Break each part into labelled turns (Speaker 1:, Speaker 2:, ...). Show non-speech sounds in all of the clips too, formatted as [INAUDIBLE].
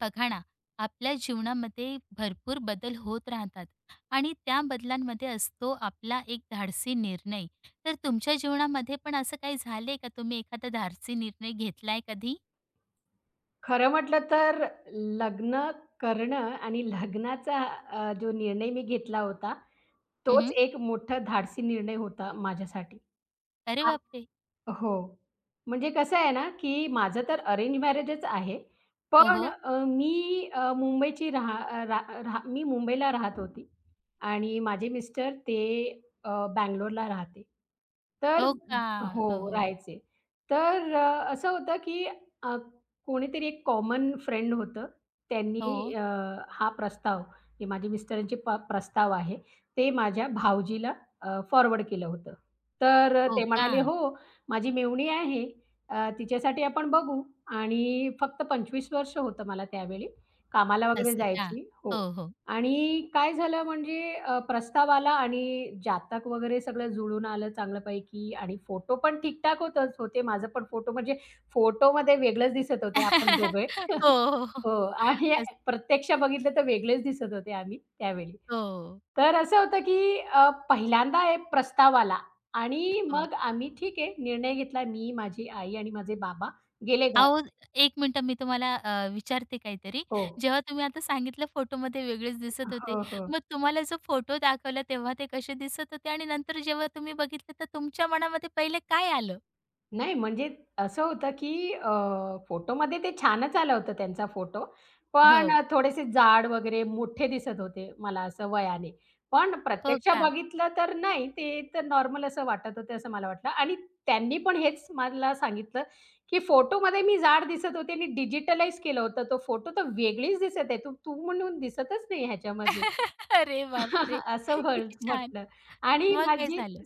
Speaker 1: बघा ना. आपल्या जीवनामध्ये भरपूर बदल होत राहतात आणि त्या बदलांमध्ये असतो आपला एक धाडसी निर्णय. तर तुमच्या जीवनामध्ये पण असं काही झालंय का? तुम्ही एखादा धाडसी निर्णय घेतलाय कधी?
Speaker 2: खरं म्हटलं तर लग्न करणं आणि लग्नाचा जो निर्णय मी घेतला होता, तोच
Speaker 1: उहुं.
Speaker 2: एक मोठा धाडसी निर्णय होता माझ्यासाठी.
Speaker 1: अरे
Speaker 2: आ
Speaker 1: बापरे.
Speaker 2: हो. म्हणजे कसं आहे ना, की माझं तर अरेंज मॅरेजच आहे.
Speaker 1: हो,
Speaker 2: पण
Speaker 1: हो.
Speaker 2: मी मुंबईची राहा अ, रा राहा मी मुंबईला राहत होती आणि माझे मिस्टर ते अ, बंगलोरला राहते. तर
Speaker 1: हो का? हो,
Speaker 2: हो,
Speaker 1: हो.
Speaker 2: राहायचे. तर असं होतं, की अ, कोणीतरी एक कॉमन फ्रेंड होतं.
Speaker 1: हो,
Speaker 2: त्यांनी हा प्रस्ताव, हे माझे मिस्टरांचे प्रस्ताव आहे, ते माझ्या भावजीला फॉरवर्ड केलं होतं. तर
Speaker 1: हो
Speaker 2: ते
Speaker 1: का?
Speaker 2: म्हणाले, "हो, माझी मेव्हणी आहे. तिच्यासाठी आपण बघू आणि फक्त 25 वर्ष होतं मला त्यावेळी. कामाला वगैरे
Speaker 1: असं का?
Speaker 2: जायची हो.
Speaker 1: हो, हो.
Speaker 2: आणि काय झालं म्हणजे प्रस्ताव आला आणि जातक वगैरे सगळं जुळून आलं चांगल्यापैकी आणि फोटो पण ठीक होतच होते. माझं पण फोटो म्हणजे फोटोमध्ये वेगळंच दिसत होते आपण दोघे.
Speaker 1: [LAUGHS] हो,
Speaker 2: [LAUGHS]
Speaker 1: हो, हो.
Speaker 2: हो आणि
Speaker 1: असं-
Speaker 2: प्रत्यक्ष बघितलं तर वेगळेच दिसत होते आम्ही त्यावेळी.
Speaker 1: हो,
Speaker 2: तर असं होतं की पहिल्यांदा एक प्रस्ताव आला. आणि
Speaker 1: हो.
Speaker 2: मग आम्ही ठीक आहे, निर्णय घेतला मी, माझी आई आणि माझे बाबा गेले गावी.
Speaker 1: अहो, एक मिनिटं मी तुम्हाला विचारते काहीतरी.
Speaker 2: हो.
Speaker 1: जेव्हा तुम्ही आता सांगितलं फोटोमध्ये वेगळेच दिसत होते.
Speaker 2: हो, हो.
Speaker 1: मग तुम्हाला जो फोटो दाखवला तेव्हा ते कसे दिसत होते आणि नंतर जेव्हा तुम्ही बघितलं तर तुमच्या मनामध्ये पहिले काय आलं?
Speaker 2: नाही म्हणजे असं होतं, की फोटोमध्ये ते छानच आलं होतं त्यांचा फोटो. पण
Speaker 1: हो.
Speaker 2: थोडेसे जाड वगैरे मोठे दिसत होते मला असं वयाने. पण
Speaker 1: हो
Speaker 2: प्रत्यक्ष
Speaker 1: का?
Speaker 2: बघितलं तर नाही, ते तर नॉर्मल असं वाटत होतं असं मला वाटलं आणि त्यांनी पण हेच मला सांगितलं, की "फोटोमध्ये मी जाड दिसत होते आणि डिजिटलाईज केलं होतं तो फोटो, तर वेगळीच दिसत आहे. तू तू म्हणून दिसतच नाही ह्याच्यामध्ये."
Speaker 1: [LAUGHS] अरे बापरे!
Speaker 2: [LAUGHS] असं
Speaker 1: किती छान.
Speaker 2: म्हटलं आणि
Speaker 1: मग काय
Speaker 2: माझी
Speaker 1: झालं?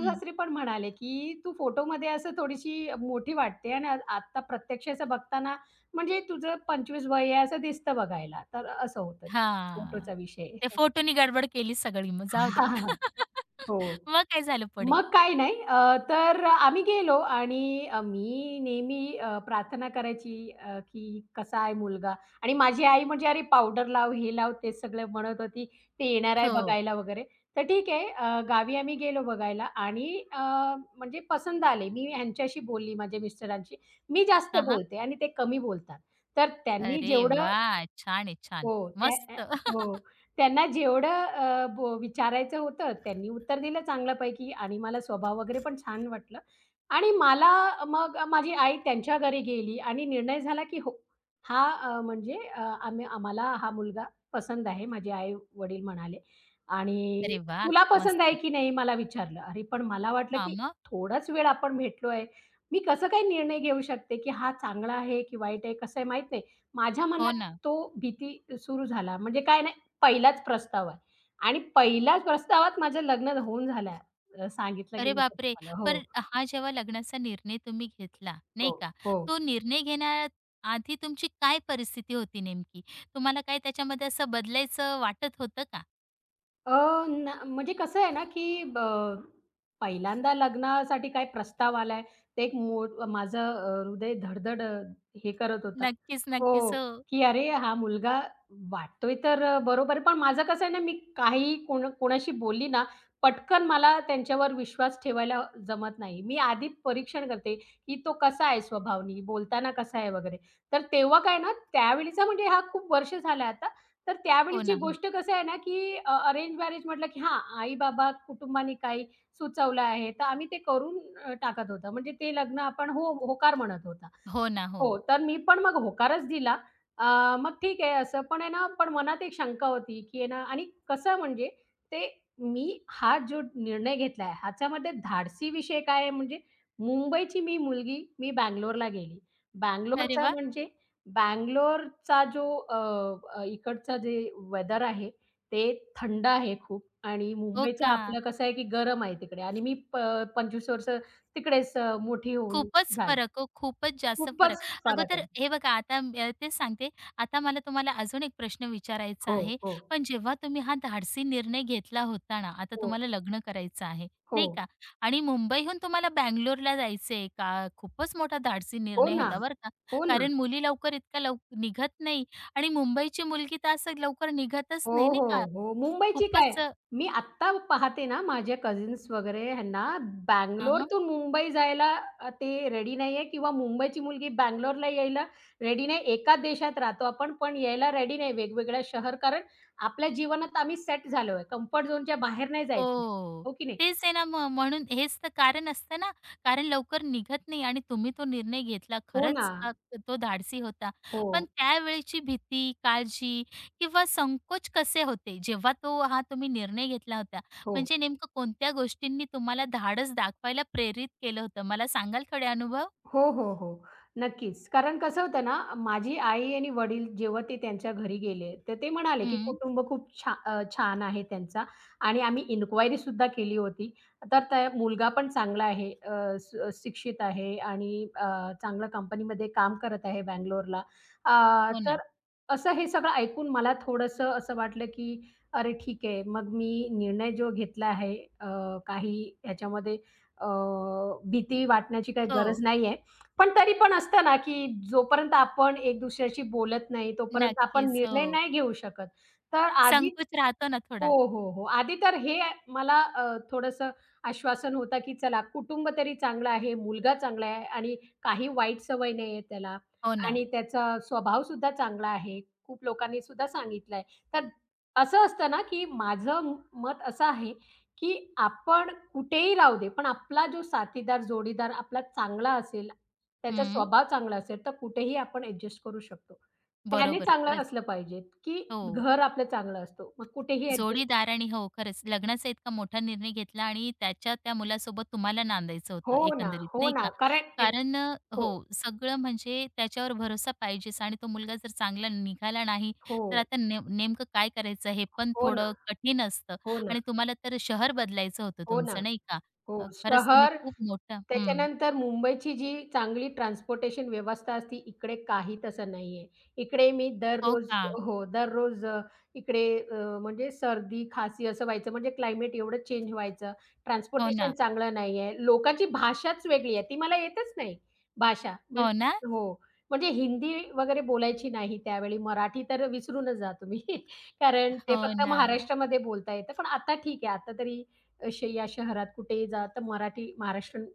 Speaker 1: हं.
Speaker 2: पण म्हणाले, की "तू फोटोमध्ये असं थोडीशी मोठी वाटते आणि आत्ता प्रत्यक्ष असं बघताना म्हणजे तुझं 25 वय आहे असं दिसतं बघायला." तर असं होतं
Speaker 1: हां.
Speaker 2: फोटोचा विषय.
Speaker 1: ते फोटोनी गडबड केली सगळी, मग जाऊ
Speaker 2: [LAUGHS]
Speaker 1: द्या.
Speaker 2: हां, हां.
Speaker 1: [LAUGHS]
Speaker 2: हो.
Speaker 1: मग काय झालं पुढे?
Speaker 2: मग काही नाही. तर आम्ही गेलो आणि मी नेहमी प्रार्थना करायची की कसा आहे मुलगा आणि माझी आई म्हणजे "अरे पावडर लाव, हे लाव," ते सगळं म्हणत होती. "ते येणार आहे
Speaker 1: हो.
Speaker 2: बघायला" वगैरे. तर ठीक आहे. गावी आम्ही गेलो बघायला आणि म्हणजे पसंत आले. मी ह्यांच्याशी बोलली, माझ्या मिस्टरांशी. मी जास्त
Speaker 1: हां, हां.
Speaker 2: बोलते आणि ते कमी बोलतात. तर त्यांनी
Speaker 1: अरे
Speaker 2: जेवढं
Speaker 1: वाह! छान आहे, छान.
Speaker 2: हो, त्या
Speaker 1: मस्त.
Speaker 2: हो.
Speaker 1: [LAUGHS]
Speaker 2: त्यांना जेवढं अ, बो विचारायचं होतं त्यांनी उत्तर दिलं चांगल्यापैकी आणि मला स्वभाव वगैरे पण छान वाटलं आणि मला मग माझी आई त्यांच्या घरी गेली आणि निर्णय झाला, की हो, हा म्हणजे अ, आम्ही आम्हाला हा मुलगा पसंत आहे. माझे आई-वडील म्हणाले आणि
Speaker 1: अरे वाह!
Speaker 2: "तुला पसंत आहे
Speaker 1: मस्त.
Speaker 2: की नाही?" मला विचारलं. अरे, पण मला वाटलं,
Speaker 1: हां,
Speaker 2: की
Speaker 1: मग?
Speaker 2: थोडाच वेळ आपण भेटलो आहे. मी कसं काही निर्णय घेऊ शकते, की हा चांगला आहे की वाईट आहे कसं आहे माहीत नाही. माझ्या
Speaker 1: हो
Speaker 2: मनात
Speaker 1: ना.
Speaker 2: तो भीती सुरू झाला. म्हणजे काय नाही, पहिलाच प्रस्ताव आहे आणि पहिल्याच प्रस्तावात माझं लग्न होऊन झालं आहे. सांगितलं
Speaker 1: अरे
Speaker 2: गेलं तर
Speaker 1: बापरे!
Speaker 2: तुम्हाला. हो,
Speaker 1: पण हा जेव्हा लग्नाचा निर्णय तुम्ही घेतला,
Speaker 2: हो,
Speaker 1: नाही का?
Speaker 2: हो.
Speaker 1: तो निर्णय घेण्याआधी तुमची काय परिस्थिती होती नेमकी? तुम्हाला काय त्याच्यामध्ये असं बदलायचं वाटत होतं का?
Speaker 2: ना म्हणजे कसं आहे ना, की पहिल्यांदा लग्नासाठी काय प्रस्ताव आलाय, ते एक मोठ माझं हृदय हे करत होता
Speaker 1: नक्कीच, नक्कीच.
Speaker 2: हो,
Speaker 1: हो.
Speaker 2: की अरे हा मुलगा वाटतोय तर बरोबर आहे. पण माझं कसं आहे ना, मी काही कोणाशी बोलली ना, पटकन मला त्यांच्यावर विश्वास ठेवायला जमत नाही. मी आधी परीक्षण करते, की तो कसा आहे स्वभावानी, बोलताना कसा आहे वगैरे. तर तेव्हा काय ना, त्यावेळीचा म्हणजे हा खूप वर्ष झाला. तर
Speaker 1: हो
Speaker 2: त्यावेळीची
Speaker 1: ना, हो.
Speaker 2: गोष्ट कसं आहे ना, की अरेंज मॅरेज म्हटलं, की हां, आई-बाबा, कुटुंबाने काही सुचवलं आहे, तर आम्ही ते करून टाकत होतो. म्हणजे ते लग्न आपण हो होकार म्हणत होतो.
Speaker 1: हो ना, हो.
Speaker 2: हो, तर मी पण मग होकारच दिला. अ, मग ठीक आहे असं. पण आहे ना, पण मनात एक शंका होती, की आहे ना आणि कसं म्हणजे ते मी हा जो निर्णय घेतलाय, ह्याच्यामध्ये धाडसी विषय काय आहे म्हणजे मुंबईची मी मुलगी, मी बंगलोरला गेली.
Speaker 1: अरे
Speaker 2: बंगलोरचा
Speaker 1: वाह!
Speaker 2: म्हणजे बंगलोरचा जो अ, अ, इकडचं जे वेदर आहे, ते थंड आहे खूप आणि
Speaker 1: हो
Speaker 2: मुंबईचं
Speaker 1: का?
Speaker 2: आपलं कसं आहे, की गरम आहे तिकडे आणि मी 25 वर्ष तिकडेच मोठी होऊन
Speaker 1: खूपच
Speaker 2: झाली.
Speaker 1: फरक हो, खूपच जास्त
Speaker 2: खूपच
Speaker 1: फरक.
Speaker 2: फरक
Speaker 1: अगोदर
Speaker 2: आहे.
Speaker 1: हे बघा आता तेच सांगते. आता मला तुम्हाला अजून एक प्रश्न विचारायचा
Speaker 2: हो,
Speaker 1: आहे.
Speaker 2: हो,
Speaker 1: पण जेव्हा तुम्ही हा धाडसी निर्णय घेतला होता ना, आता
Speaker 2: हो,
Speaker 1: तुम्हाला लग्न करायचं आहे,
Speaker 2: हो.
Speaker 1: नाही का? आणि मुंबईहून तुम्हाला बंगलोरला जायचंय का? खूपच मोठा धाडसी
Speaker 2: हो
Speaker 1: निर्णय
Speaker 2: ना.
Speaker 1: होता बरं का.
Speaker 2: हो ना.
Speaker 1: कारण मुली लवकर इतक्या निघत नाही आणि मुंबईची मुलगी तर असं लवकर निघतच
Speaker 2: हो,
Speaker 1: नाही, नाही
Speaker 2: हो,
Speaker 1: का?
Speaker 2: हो. मुंबईची काय,
Speaker 1: खूपच अ
Speaker 2: मी आत्ता पाहते ना माझे कझिन्स वगैरे ह्यांना बंगलोरतून मुंबई जायला ते रेडी नाहीये किंवा मुंबईची मुलगी बंगलोरला यायला रेडी नाही. एकाच देशात राहतो आपण, पण यायला रेडी नाही वेगवेगळ्या शहर कारण आपल्या जीवनात आम्ही सेट झालोय. कम्फर्ट झोनच्या बाहेर नाही जायचंय.
Speaker 1: हो.
Speaker 2: हो की नाही?
Speaker 1: तेच आहे ना मग. म्हणून हेच तर कारण असतं ना, कारण लवकर निघत नाही आणि तुम्ही तो निर्णय घेतला.
Speaker 2: हो ना.
Speaker 1: तो धाडसी होता.
Speaker 2: हो,
Speaker 1: पण त्यावेळची भीती, काळजी किंवा संकोच कसे होते, जेव्हा तो हा तुम्ही निर्णय घेतला होता?
Speaker 2: हो.
Speaker 1: म्हणजे नेमकं कोणत्या गोष्टींनी तुम्हाला धाडस दाखवायला प्रेरित केलं होतं? मला सांगाल थोडे अनुभव?
Speaker 2: हो, हो, हो. नक्कीच. कारण कसं होतं ना, माझी आई आणि वडील जेव्हा ते त्यांच्या घरी गेले, तर ते म्हणाले, की
Speaker 1: हं.
Speaker 2: कुटुंब खूप छान आहे त्यांचा आणि आम्ही इन्क्वायरी सुद्धा केली होती. तर त्या मुलगा पण चांगला आहे, अ, स शिक्षित आहे आणि चांगल्या कंपनीमध्ये काम करत आहे बंगलोरला.
Speaker 1: हो ना.
Speaker 2: तर असं हे सगळं ऐकून मला थोडंसं असं वाटलं, की अरे ठीक आहे. मग मी निर्णय जो घेतला आहे, अ, काही ह्याच्यामध्ये अ, भीती वाटण्याची काही गरज
Speaker 1: हो.
Speaker 2: नाहीये. पण तरी पण असतं ना, की जोपर्यंत आपण एक दुसऱ्याशी बोलत नाही, तोपर्यंत आपण
Speaker 1: नक्कीच. हो.
Speaker 2: निर्णय नाही घेऊ शकत. तर आधी
Speaker 1: संकोच राहतो ना
Speaker 2: हो,
Speaker 1: थोडा.
Speaker 2: हो, हो. आधी तर हे मला थोडंसं आश्वासन होतं, की चला कुटुंब तरी चांगलं आहे, मुलगा चांगला आहे आणि काही वाईट सवय नाही आहे त्याला
Speaker 1: हो ना.
Speaker 2: आणि त्याचा स्वभावसुद्धा चांगला आहे. खूप लोकांनी सुद्धा सांगितलं आहे. तर असं असतं ना, की माझं मत असं आहे, की आपण कुठेही राहू दे, पण आपला जो साथीदार, जोडीदार आपला चांगला असेल, त्याचा
Speaker 1: हं.
Speaker 2: स्वभाव चांगला असेल, तर कुठेही आपण ॲडजस्ट करू शकतो. त्याने
Speaker 1: बरोबर.
Speaker 2: चांगलं
Speaker 1: खरंच.
Speaker 2: असलं पाहिजे, की
Speaker 1: हो.
Speaker 2: घर आपलं चांगलं असतो. मग कुठेही ॲडजस्ट
Speaker 1: जोडीदाराने हो, खरंच लग्नाचा इतका मोठा निर्णय घेतला आणि त्याच्या त्या मुलासोबत तुम्हाला नांदायचं होतं
Speaker 2: हो ना,
Speaker 1: एकंदरीत,
Speaker 2: हो
Speaker 1: नाही
Speaker 2: ना.
Speaker 1: का?
Speaker 2: करेक्ट.
Speaker 1: कारण
Speaker 2: हो,
Speaker 1: हो, सगळं म्हणजे त्याच्यावर भरोसा पाहिजेच आणि तो मुलगा जर चांगला निघाला नाही,
Speaker 2: हो.
Speaker 1: तर आता नेमकं काय करायचं हे पण
Speaker 2: हो ना,
Speaker 1: थोडं कठीण असतं.
Speaker 2: हो ना,
Speaker 1: आणि तुम्हाला तर शहर बदलायचं होतं
Speaker 2: हो ना.
Speaker 1: तुमचं, नाही का?
Speaker 2: हो,
Speaker 1: खरंच तुम्ही
Speaker 2: शहर
Speaker 1: खूप मोठं हं.
Speaker 2: त्याच्यानंतर मुंबईची जी चांगली ट्रान्सपोर्टेशन व्यवस्था असते, इकडे काही तसं नाहीये. इकडे मी
Speaker 1: हो
Speaker 2: दररोज
Speaker 1: का?
Speaker 2: हो, दररोज इकडे म्हणजे सर्दी, खासी असं व्हायचं. म्हणजे क्लायमेट एवढं चेंज व्हायचं.
Speaker 1: हो
Speaker 2: ट्रान्सपोर्टेशन
Speaker 1: ना.
Speaker 2: चांगलं नाहीये. लोकांची भाषाच वेगळी आहे. ती मला येतच नाही भाषा.
Speaker 1: हो ना?
Speaker 2: हो. म्हणजे हिंदी वगैरे बोलायची नाही त्यावेळी. मराठी तर विसरूनच जा तुम्ही. [LAUGHS] कारण ते
Speaker 1: हो
Speaker 2: फक्त
Speaker 1: ना.
Speaker 2: महाराष्ट्रामध्ये बोलता येतं. पण आता ठीक आहे. आता तरी या शहरात कुठेही जा तर मराठी महाराष्ट्रीयन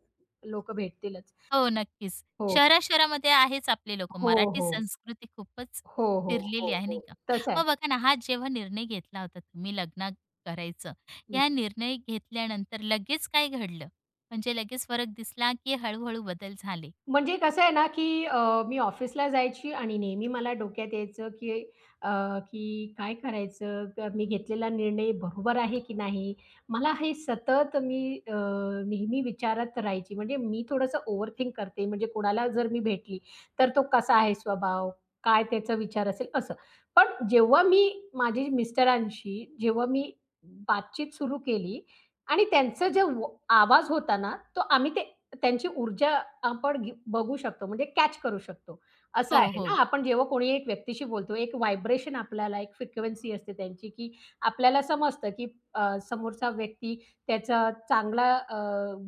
Speaker 2: लोकं भेटतीलच.
Speaker 1: हो, नक्कीच.
Speaker 2: हो.
Speaker 1: शहरा-शहरामध्ये आहेच आपले लोक,
Speaker 2: हो,
Speaker 1: मराठी
Speaker 2: हो.
Speaker 1: संस्कृती खूपच
Speaker 2: हो, हो, हो,
Speaker 1: फिरलेली आहे,
Speaker 2: हो.
Speaker 1: नाही का?
Speaker 2: तसं आहे.
Speaker 1: मग बघा ना, हा जेव्हा निर्णय घेतला होता तुम्ही लग्न करायचं, या निर्णय घेतल्यानंतर लगेच काय घडलं? म्हणजे लगेच फरक दिसला, की हळू-हळू बदल झाले?
Speaker 2: म्हणजे कसं आहे ना, की मी ऑफिसला जायची आणि नेहमी मला डोक्यात यायचं, की अ, की काय करायचं? मी घेतलेला निर्णय बरोबर आहे की नाही? मला हे सतत मी अ, नेहमी विचारात राहायची. म्हणजे मी थोडंसं ओव्हरथिंक करते. म्हणजे कोणाला जर मी भेटली, तर तो कसा आहे स्वभाव? काय त्याचा विचार असेल? असं. पण जेव्हा मी माझ्या मिस्टरांशी जेव्हा मी बातचीत सुरू केली आणि त्यांचा जो आवाज होता ना, तो आम्ही ते त्यांची ऊर्जा आपण बघू शकतो म्हणजे कॅच करू शकतो. असं
Speaker 1: हो,
Speaker 2: आहे ना,
Speaker 1: हो.
Speaker 2: आपण जेव्हा कोणी एक व्यक्तीशी बोलतो, एक व्हायब्रेशन आपल्याला एक फ्रिक्वेन्सी असते त्यांची, की आपल्याला समजतं, की समोरचा व्यक्ती त्याचा चांगला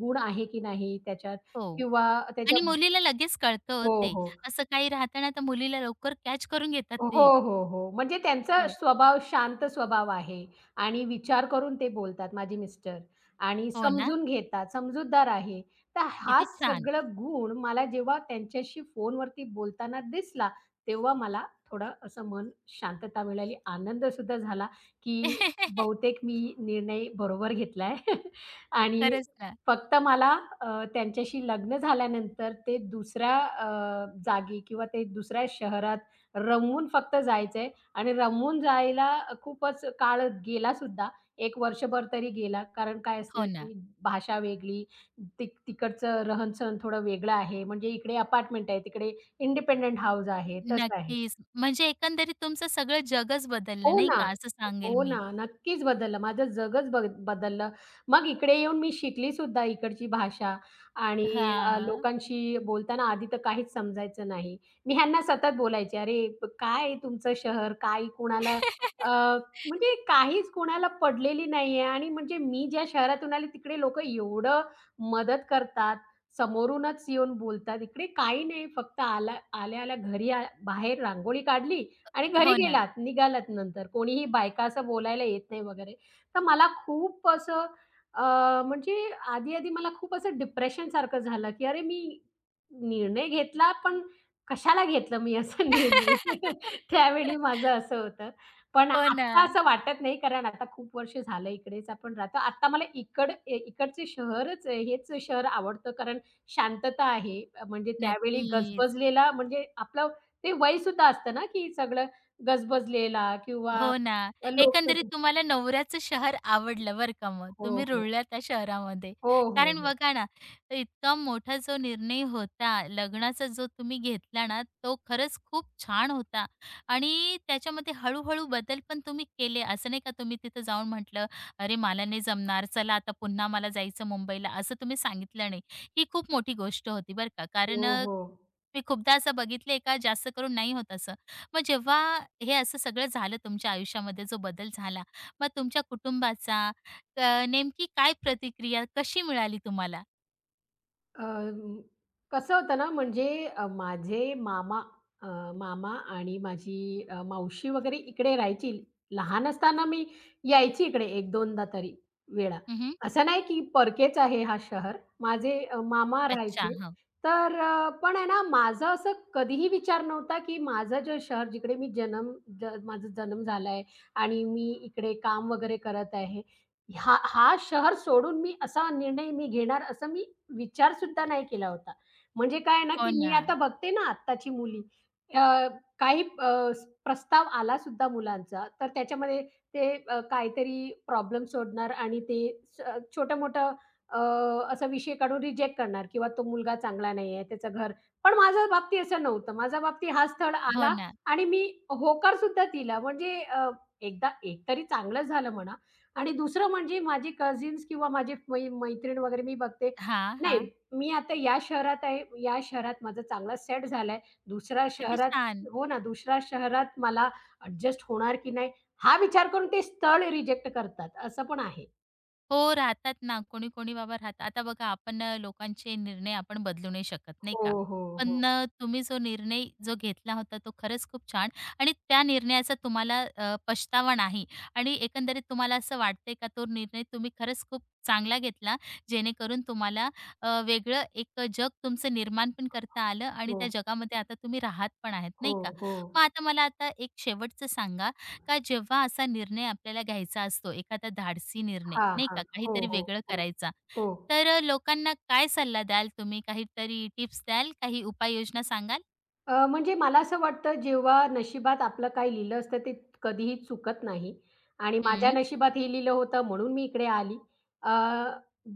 Speaker 2: गुण आहे की नाही त्याच्यात
Speaker 1: हो.
Speaker 2: किंवा
Speaker 1: आणि
Speaker 2: त्याचा
Speaker 1: मुलीला लगेच कळतं हो
Speaker 2: हो,
Speaker 1: ते.
Speaker 2: हो.
Speaker 1: असं काही राहतं ना, तर मुलीला लवकर कॅच करून घेतात ते.
Speaker 2: हो, हो, हो. म्हणजे त्यांचा
Speaker 1: हो.
Speaker 2: स्वभाव शांत स्वभाव आहे आणि विचार करून ते बोलतात माझे मिस्टर आणि
Speaker 1: हो ना?
Speaker 2: समजून घेतात, समजूतदार आहे. तर हा
Speaker 1: किती छान.
Speaker 2: सगळं गुण मला जेव्हा त्यांच्याशी फोनवरती बोलताना दिसला, तेव्हा मला थोडं असं मन शांतता मिळाली. आनंद सुद्धा झाला, की
Speaker 1: [LAUGHS]
Speaker 2: बहुतेक मी निर्णय बरोबर घेतलाय [LAUGHS] आणि
Speaker 1: खरंच ना.
Speaker 2: फक्त मला त्यांच्याशी लग्न झाल्यानंतर ते दुसऱ्या जागी किंवा ते दुसऱ्या शहरात रमवून फक्त जायचंय आणि रमवून जायला खूपच काळ गेलासुद्धा. 1 वर्षभर तरी गेला. कारण काय असतं ना,
Speaker 1: हो ना.
Speaker 2: की भाषा वेगळी, तिकडचं रहन थोडं वेगळं आहे. म्हणजे इकडे अपार्टमेंट आहे, तिकडे इंडिपेंडंट हाउस आहे, तसं आहे.
Speaker 1: नक्कीच. म्हणजे एकंदरीत तुमचं सगळं जगच बदललं,
Speaker 2: हो
Speaker 1: नाही
Speaker 2: ना.
Speaker 1: का, असं सांगेल
Speaker 2: हो
Speaker 1: मी.
Speaker 2: ना. नक्कीच बदललं. माझं जगच बदललं. मग इकडे येऊन मी शिकली सुद्धा इकडची भाषा आणि
Speaker 1: हां.
Speaker 2: लोकांशी बोलताना आधी तर काहीच समजायचं नाही. मी ह्यांना सतत बोलायचे, "अरे काय आहे तुमचं शहर? काय कुणाला" अ,
Speaker 1: [LAUGHS]
Speaker 2: म्हणजे काहीच कोणाला पडलेली नाहीये आणि म्हणजे मी ज्या शहरातून आले तिकडे लोकं एवढं मदत करतात. समोरूनच येऊन बोलतात. इकडे काही नाही. फक्त आला आल्या-आल्या घरी बाहेर रांगोळी काढली आणि घरी
Speaker 1: हो ना.
Speaker 2: गेलात, निघालात नंतर. कोणीही बायका असं बोलायला येत नाही वगैरे. तर मला खूप असं अ, म्हणजे आधी-आधी मला खूप असं डिप्रेशनसारखं झालं, की अरे मी निर्णय घेतला, पण कशाला घेतलं मी असा निर्णय? [LAUGHS] त्यावेळी माझं असं होतं. पण
Speaker 1: हो ना.
Speaker 2: आत्ता असं वाटत नाही, कारण आता खूप वर्ष झालं इकडेच आपण राहतो. आत्ता मला इकडचे शहरच हेच शहर आवडतं, कारण शांतता आहे. म्हणजे त्यावेळी
Speaker 1: नक्कीच.
Speaker 2: गजबजलेला म्हणजे आपलं ते वय सुद्धा असतं ना, की सगळं गजबजलेला किंवा
Speaker 1: हो ना.
Speaker 2: [UNINTELLIGIBLE]
Speaker 1: एकंदरीत
Speaker 2: लोकं
Speaker 1: तुम्हाला नवऱ्याचं शहर आवडलं बरं का मग.
Speaker 2: हो,
Speaker 1: तुम्ही
Speaker 2: हो.
Speaker 1: रुळल्या त्या शहरामध्ये.
Speaker 2: हो, हो,
Speaker 1: कारण
Speaker 2: हो.
Speaker 1: बघा ना, इतका मोठा जो निर्णय होता, लग्नाचा जो तुम्ही घेतला ना, तो खरंच खूप छान होता. आणि त्याच्यामध्ये हळू-हळू बदल पण तुम्ही केले. असं नाही का तुम्ही तिथं जाऊन म्हटलं, "अरे, मला नाही जमणार. चला आता पुन्हा मला जायचं मुंबईला." असं तुम्ही सांगितलं नाही. ही खूप मोठी गोष्ट होती बरं का.
Speaker 2: हो, हो.
Speaker 1: मी खूपदा असं बघितलंय का, जास्त करून नाही होत असं. मग जेव्हा हे असं सगळं झालं तुमच्या आयुष्यामध्ये जो बदल झाला, मग तुमच्या कुटुंबाचा अ, नेमकी काय प्रतिक्रिया कशी मिळाली तुम्हाला?
Speaker 2: अ, कसं होतं ना, म्हणजे अ, माझे मामा अ, मामा आणि माझी मावशी वगैरे इकडे राहायची. लहान असताना मी यायची इकडे 1-2दा तरी वेळा.
Speaker 1: हं,
Speaker 2: असं नाही की परकेच आहे हा शहर. माझे मामा
Speaker 1: अच्छा.
Speaker 2: राहायचे.
Speaker 1: हो.
Speaker 2: तर पण आहे ना, माझं असं कधीही विचार नव्हता की माझं जे शहर जिकडे मी जन्म ज माझा जन्म झालाय आणि मी इकडे काम वगैरे करत आहे हा हा शहर सोडून मी असा निर्णय मी घेणार असा मी विचार सुद्धा नाही केला होता. म्हणजे काय ना,
Speaker 1: हो
Speaker 2: की मी
Speaker 1: ना.
Speaker 2: आता बघते ना आत्ताची मुली अ, काही प्रस्ताव आला सुद्धा मुलांचा, तर त्याच्यामध्ये ते काहीतरी प्रॉब्लेम सोडणार आणि ते स छोटं-मोठं अ, असा विषय काढून रिजेक्ट करणार किंवा तो मुलगा चांगला नाही आहे, त्याचं घर पण माझ्या बाबतीत असं नव्हतं. माझ्या बाबतीत हा स्थळ
Speaker 1: हो
Speaker 2: आला
Speaker 1: ना.
Speaker 2: आणि मी होकार सुद्धा दिला म्हणजे एकदा एक तरी चांगलंच झालं म्हणा. आणि दुसरं म्हणजे माझे कझिन्स किंवा माझे मैत्रीण वगैरे मी बघते,
Speaker 1: हां,
Speaker 2: नाही
Speaker 1: हां.
Speaker 2: मी आता या शहरात आहे, या शहरात माझा चांगला सेट झालाय. दुसऱ्या
Speaker 1: किती
Speaker 2: शहरात
Speaker 1: छान.
Speaker 2: हो ना, दुसऱ्या शहरात मला अॅडजस्ट होणार की नाही हा विचार करून ते स्थळ रिजेक्ट करतात, असं पण आहे.
Speaker 1: हो, राहतात ना. कोणी-कोणी बाबा राहतात. आता बघा, आपण लोकांचे निर्णय आपण बदलू नाही शकत, नाही
Speaker 2: हो,
Speaker 1: का?
Speaker 2: हो, हो.
Speaker 1: पण तुम्ही जो निर्णय जो घेतला होता तो खरंच खूप छान, आणि त्या निर्णयाचा तुम्हाला पछतावा नाही. आणि एकंदरीत तुम्हाला असं वाटतंय का, तो निर्णय तुम्ही खरंच खूप चांगला घेतला, जेणेकरून तुम्हाला वेगळं एक जग तुमचं निर्माण पण करता आलं आणि
Speaker 2: हो,
Speaker 1: त्या जगामध्ये आता तुम्ही राहत पण आहेत,
Speaker 2: हो,
Speaker 1: नाही का?
Speaker 2: हो.
Speaker 1: मग आता मला आता एक शेवटचं सांगा का, जेव्हा असा निर्णय आपल्याला घ्यायचा असतो, एखादा धाडसी निर्णय,
Speaker 2: हां,
Speaker 1: नाही
Speaker 2: हां.
Speaker 1: का,
Speaker 2: हो,
Speaker 1: काहीतरी
Speaker 2: हो,
Speaker 1: वेगळं
Speaker 2: हो.
Speaker 1: करायचा,
Speaker 2: हो.
Speaker 1: तर लोकांना काय सल्ला द्याल तुम्ही? काहीतरी टिप्स द्याल? काही उपाययोजना सांगाल?
Speaker 2: म्हणजे मला असं वाटतं जेव्हा नशिबात आपलं काही लिहिलं असतं ते कधीही चुकत नाही आणि माझ्या
Speaker 1: हं,
Speaker 2: नशिबात हे लिहिलं होतं म्हणून मी इकडे आली. अ,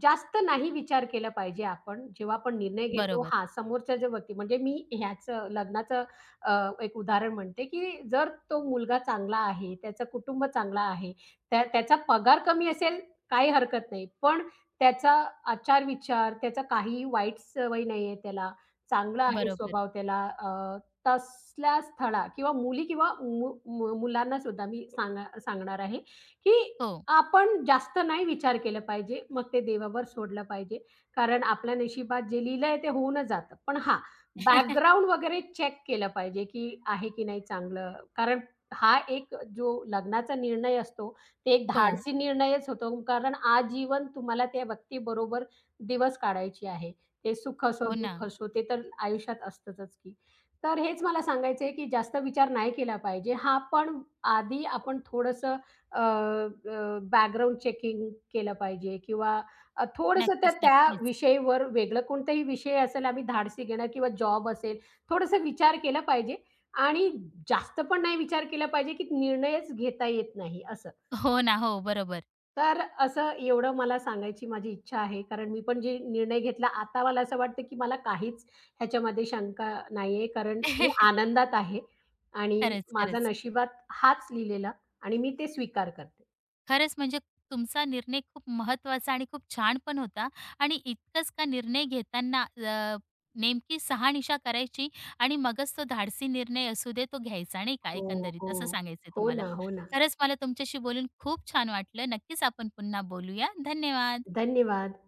Speaker 2: जास्त नाही विचार केला पाहिजे आपण. जेव्हा आपण निर्णय घेतो
Speaker 1: बरोबर,
Speaker 2: हां, समोरच्या ज्या व्यक्ती म्हणजे मी ह्याचं लग्नाचं अ, एक उदाहरण म्हणते, की जर तो मुलगा चांगला आहे, त्याचं कुटुंब चांगलं आहे, त्याचा पगार कमी असेल काही हरकत नाही. पण त्याचा आचार-विचार, त्याचा काही वाईट सवय नाहीये त्याला चांगला आहे
Speaker 1: बरोबर.
Speaker 2: स्वभाव त्याला तसल्या स्थळा किंवा मुली किंवा मु मु मुलांना सुद्धा मी सांगणार आहे, की
Speaker 1: हो.
Speaker 2: आपण जास्त नाही विचार केला पाहिजे. मग ते देवावर सोडलं पाहिजे. कारण आपल्या नशिबात जे लिहिलंय ते होऊनच जातं. पण हां,
Speaker 1: [LAUGHS]
Speaker 2: बॅकग्राऊंड वगैरे चेक केलं पाहिजे, की आहे की नाही चांगलं. कारण हा एक जो लग्नाचा निर्णय असतो, ते एक
Speaker 1: हो,
Speaker 2: धाडसी निर्णयच होतो. कारण आजीवन तुम्हाला त्या व्यक्तीबरोबर दिवस काढायची आहे. ते सुख असो,
Speaker 1: हो ना.
Speaker 2: दुःख असो, ते तर आयुष्यात असतंच की. तर हेच मला सांगायचं आहे, की जास्त विचार नाही केला पाहिजे. हां, पण आधी आपण थोडंसं अ, बॅकग्राऊंड चेकिंग केलं पाहिजे किंवा थोडंसं त्या
Speaker 1: नक्कीच,
Speaker 2: त्या
Speaker 1: नक्कीच.
Speaker 2: विषयीवर वेगळं कोणताही विषय असेल, आम्ही धाडसी घेणं किंवा जॉब असेल, थोडासा विचार केला पाहिजे आणि जास्त पण नाही विचार केला पाहिजे, की निर्णयच घेता येत नाही असं.
Speaker 1: हो ना, हो, बरोबर.
Speaker 2: तर असं एवढं मला सांगायची माझी इच्छा आहे. कारण मी पण जे निर्णय घेतला आता मला असं वाटतं, की मला काहीच ह्याच्यामध्ये शंका नाहीये. कारण मी
Speaker 1: [LAUGHS]
Speaker 2: आनंदात आहे आणि
Speaker 1: खरंच,
Speaker 2: माझा
Speaker 1: खरंच.
Speaker 2: नशिबात हाच लिहिलेला आणि मी ते स्वीकार करते.
Speaker 1: खरंच म्हणजे तुमचा निर्णय खूप महत्त्वाचा आणि खूप छान पण होता. आणि इतकंच का, निर्णय घेताना नेमकी शहानिशा करायची आणि मगच तो धाडसी निर्णय असू दे तो घ्यायचा, नाही का,
Speaker 2: हो, हो.
Speaker 1: एकंदरीत असं सांगायचंय
Speaker 2: हो
Speaker 1: तुम्हाला.
Speaker 2: ना, हो ना.
Speaker 1: खरंच मला तुमच्याशी बोलून खूप छान वाटलं. नक्कीच आपण पुन्हा बोलूया. धन्यवाद.
Speaker 2: धन्यवाद.